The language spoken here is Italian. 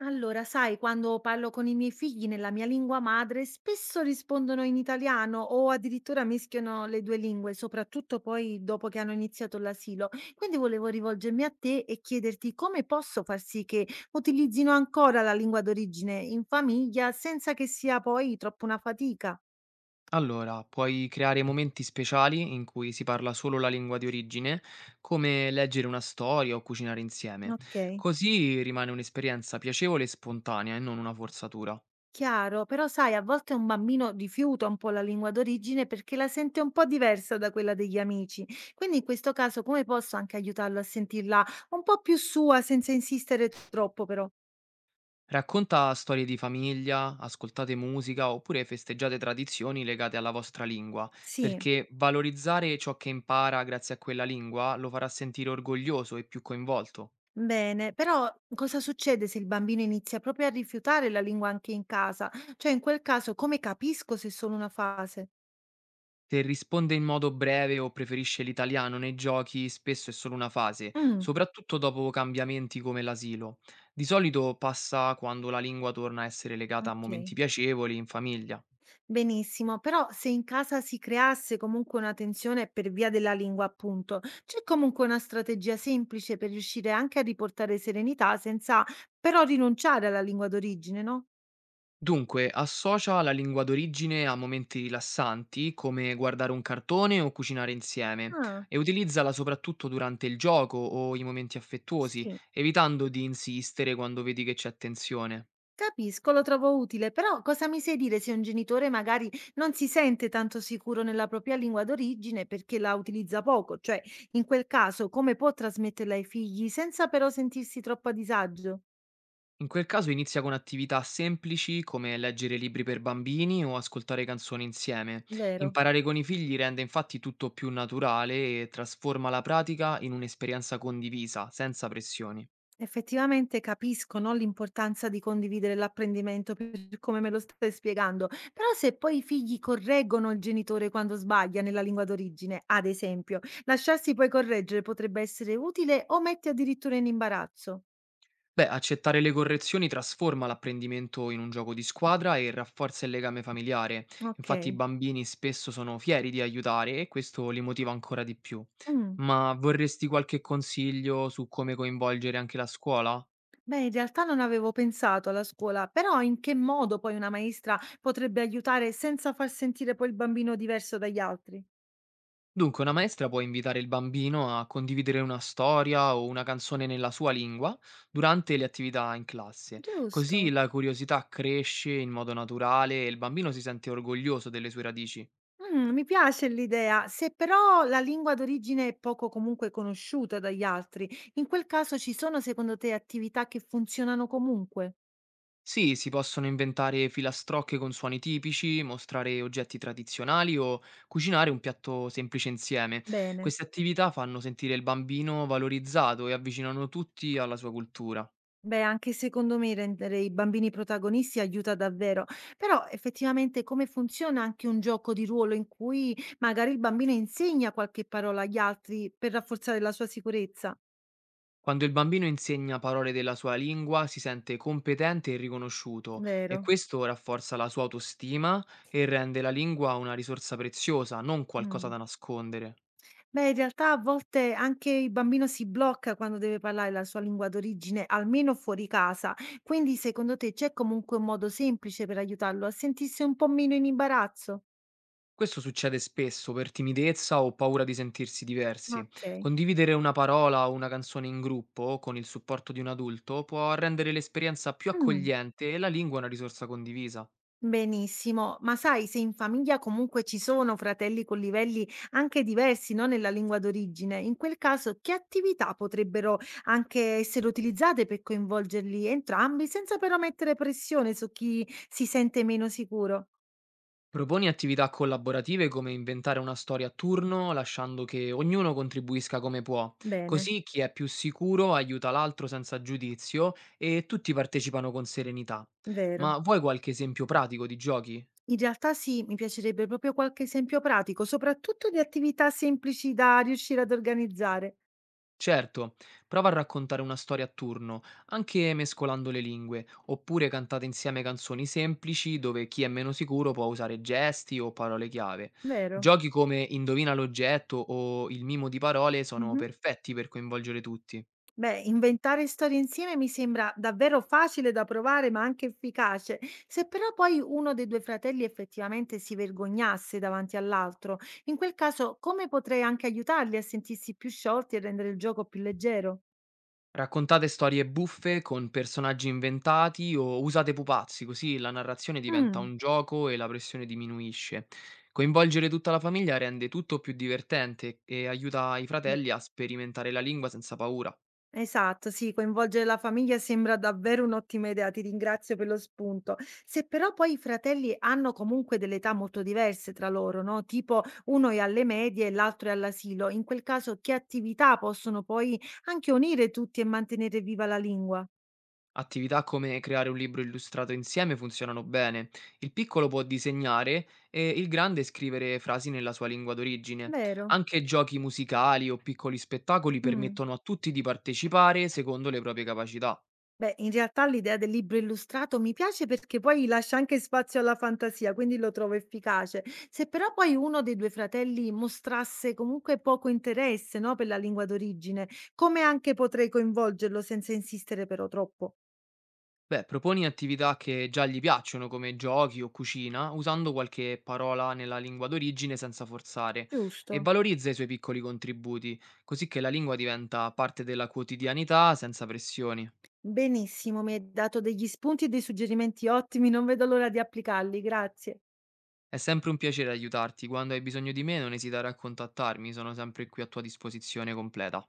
Allora, sai, quando parlo con i miei figli nella mia lingua madre, spesso rispondono in italiano o addirittura mischiano le due lingue, soprattutto poi dopo che hanno iniziato l'asilo. Quindi volevo rivolgermi a te e chiederti come posso far sì che utilizzino ancora la lingua d'origine in famiglia senza che sia poi troppo una fatica. Allora, puoi creare momenti speciali in cui si parla solo la lingua di origine, come leggere una storia o cucinare insieme. Ok. Così rimane un'esperienza piacevole e spontanea e non una forzatura. Chiaro, però sai, a volte un bambino rifiuta un po' la lingua d'origine perché la sente un po' diversa da quella degli amici. Quindi in questo caso come posso anche aiutarlo a sentirla un po' più sua senza insistere troppo, però? Racconta storie di famiglia, ascoltate musica oppure festeggiate tradizioni legate alla vostra lingua, Sì, perché valorizzare ciò che impara grazie a quella lingua lo farà sentire orgoglioso e più coinvolto. bene, però cosa succede se il bambino inizia proprio a rifiutare la lingua anche in casa? Cioè, in quel caso, come capisco se è solo una fase? Se risponde in modo breve o preferisce l'italiano nei giochi, spesso è solo una fase, Mm. soprattutto dopo cambiamenti come l'asilo. Di solito passa quando la lingua torna a essere legata a Ok. momenti piacevoli in famiglia. Benissimo, però se in casa si creasse comunque una tensione per via della lingua, appunto, c'è comunque una strategia semplice per riuscire anche a riportare serenità senza però rinunciare alla lingua d'origine, no? Dunque, associa la lingua d'origine a momenti rilassanti, come guardare un cartone o cucinare insieme, Ah, e utilizzala soprattutto durante il gioco o i momenti affettuosi, sì, evitando di insistere quando vedi che c'è tensione. capisco, lo trovo utile, però cosa mi sai dire se un genitore magari non si sente tanto sicuro nella propria lingua d'origine perché la utilizza poco? Cioè, in quel caso, come può trasmetterla ai figli senza però sentirsi troppo a disagio? In quel caso inizia con attività semplici come leggere libri per bambini o ascoltare canzoni insieme. Vero? Imparare con i figli rende infatti tutto più naturale e trasforma la pratica in un'esperienza condivisa, senza pressioni. Effettivamente capisco, no, l'importanza di condividere l'apprendimento per come me lo stai spiegando, però se poi i figli correggono il genitore quando sbaglia nella lingua d'origine, ad esempio, lasciarsi poi correggere potrebbe essere utile o mette addirittura in imbarazzo? Beh, accettare le correzioni trasforma l'apprendimento in un gioco di squadra e rafforza il legame familiare. Infatti i Ok. bambini spesso sono fieri di aiutare e questo li motiva ancora di più. Mm. Ma vorresti qualche consiglio su come coinvolgere anche la scuola? Beh, in realtà non avevo pensato alla scuola, però in che modo poi una maestra potrebbe aiutare senza far sentire poi il bambino diverso dagli altri? Dunque, una maestra può invitare il bambino a condividere una storia o una canzone nella sua lingua durante le attività in classe, così Giusto. la curiosità cresce in modo naturale e il bambino si sente orgoglioso delle sue radici. Mi piace l'idea. Se però la lingua d'origine è poco comunque conosciuta dagli altri, in quel caso ci sono secondo te attività che funzionano comunque? Sì, si possono inventare filastrocche con suoni tipici, mostrare oggetti tradizionali o cucinare un piatto semplice insieme. Bene. Queste attività fanno sentire il bambino valorizzato e avvicinano tutti alla sua cultura. Beh, anche secondo me rendere i bambini protagonisti aiuta davvero, però effettivamente come funziona anche un gioco di ruolo in cui magari il bambino insegna qualche parola agli altri per rafforzare la sua sicurezza? Quando il bambino insegna parole della sua lingua si sente competente e riconosciuto, e Vero. questo rafforza la sua autostima e rende la lingua una risorsa preziosa, non qualcosa Mh. da nascondere. Beh, in realtà a volte anche il bambino si blocca quando deve parlare la sua lingua d'origine, almeno fuori casa. Quindi, secondo te, c'è comunque un modo semplice per aiutarlo a sentirsi un po' meno in imbarazzo? Questo succede spesso per timidezza o paura di sentirsi diversi. Ok. Condividere una parola o una canzone in gruppo con il supporto di un adulto può rendere l'esperienza più Mm. accogliente e la lingua una risorsa condivisa. Benissimo, ma sai, se in famiglia comunque ci sono fratelli con livelli anche diversi, no, nella lingua d'origine, in quel caso che attività potrebbero anche essere utilizzate per coinvolgerli entrambi senza però mettere pressione su chi si sente meno sicuro? Proponi attività collaborative come inventare una storia a turno, lasciando che ognuno contribuisca come può. Bene. Così chi è più sicuro aiuta l'altro senza giudizio e tutti partecipano con serenità. Vero. Ma vuoi qualche esempio pratico di giochi? In realtà sì, mi piacerebbe proprio qualche esempio pratico, soprattutto di attività semplici da riuscire ad organizzare. Certo, prova a raccontare una storia a turno, anche mescolando le lingue, oppure cantate insieme canzoni semplici dove chi è meno sicuro può usare gesti o parole chiave. Vero. Giochi come Indovina l'oggetto o Il mimo di parole sono Mhm. perfetti per coinvolgere tutti. Beh, inventare storie insieme mi sembra davvero facile da provare, ma anche efficace. Se però poi uno dei due fratelli effettivamente si vergognasse davanti all'altro, in quel caso come potrei anche aiutarli a sentirsi più sciolti e rendere il gioco più leggero? Raccontate storie buffe con personaggi inventati o usate pupazzi, così la narrazione diventa Mm. un gioco e la pressione diminuisce. Coinvolgere tutta la famiglia rende tutto più divertente e aiuta i fratelli a sperimentare la lingua senza paura. Esatto, sì, coinvolgere la famiglia sembra davvero un'ottima idea, ti ringrazio per lo spunto. Se però poi i fratelli hanno comunque delle età molto diverse tra loro, no? Tipo uno è alle medie e l'altro è all'asilo, in quel caso che attività possono poi anche unire tutti e mantenere viva la lingua? Attività come creare un libro illustrato insieme funzionano bene. Il piccolo può disegnare e il grande scrivere frasi nella sua lingua d'origine. Vero? Anche giochi musicali o piccoli spettacoli Mm. permettono a tutti di partecipare secondo le proprie capacità. Beh, in realtà l'idea del libro illustrato mi piace perché poi lascia anche spazio alla fantasia, quindi lo trovo efficace. Se però poi uno dei due fratelli mostrasse comunque poco interesse, no, per la lingua d'origine, come anche potrei coinvolgerlo senza insistere però troppo? Beh, proponi attività che già gli piacciono, come giochi o cucina, usando qualche parola nella lingua d'origine senza forzare, e Giusto. valorizza i suoi piccoli contributi, così che la lingua diventa parte della quotidianità senza pressioni. Benissimo, mi hai dato degli spunti e dei suggerimenti ottimi, non vedo l'ora di applicarli, grazie. È sempre un piacere aiutarti; quando hai bisogno di me non esitare a contattarmi, sono sempre qui a tua disposizione completa.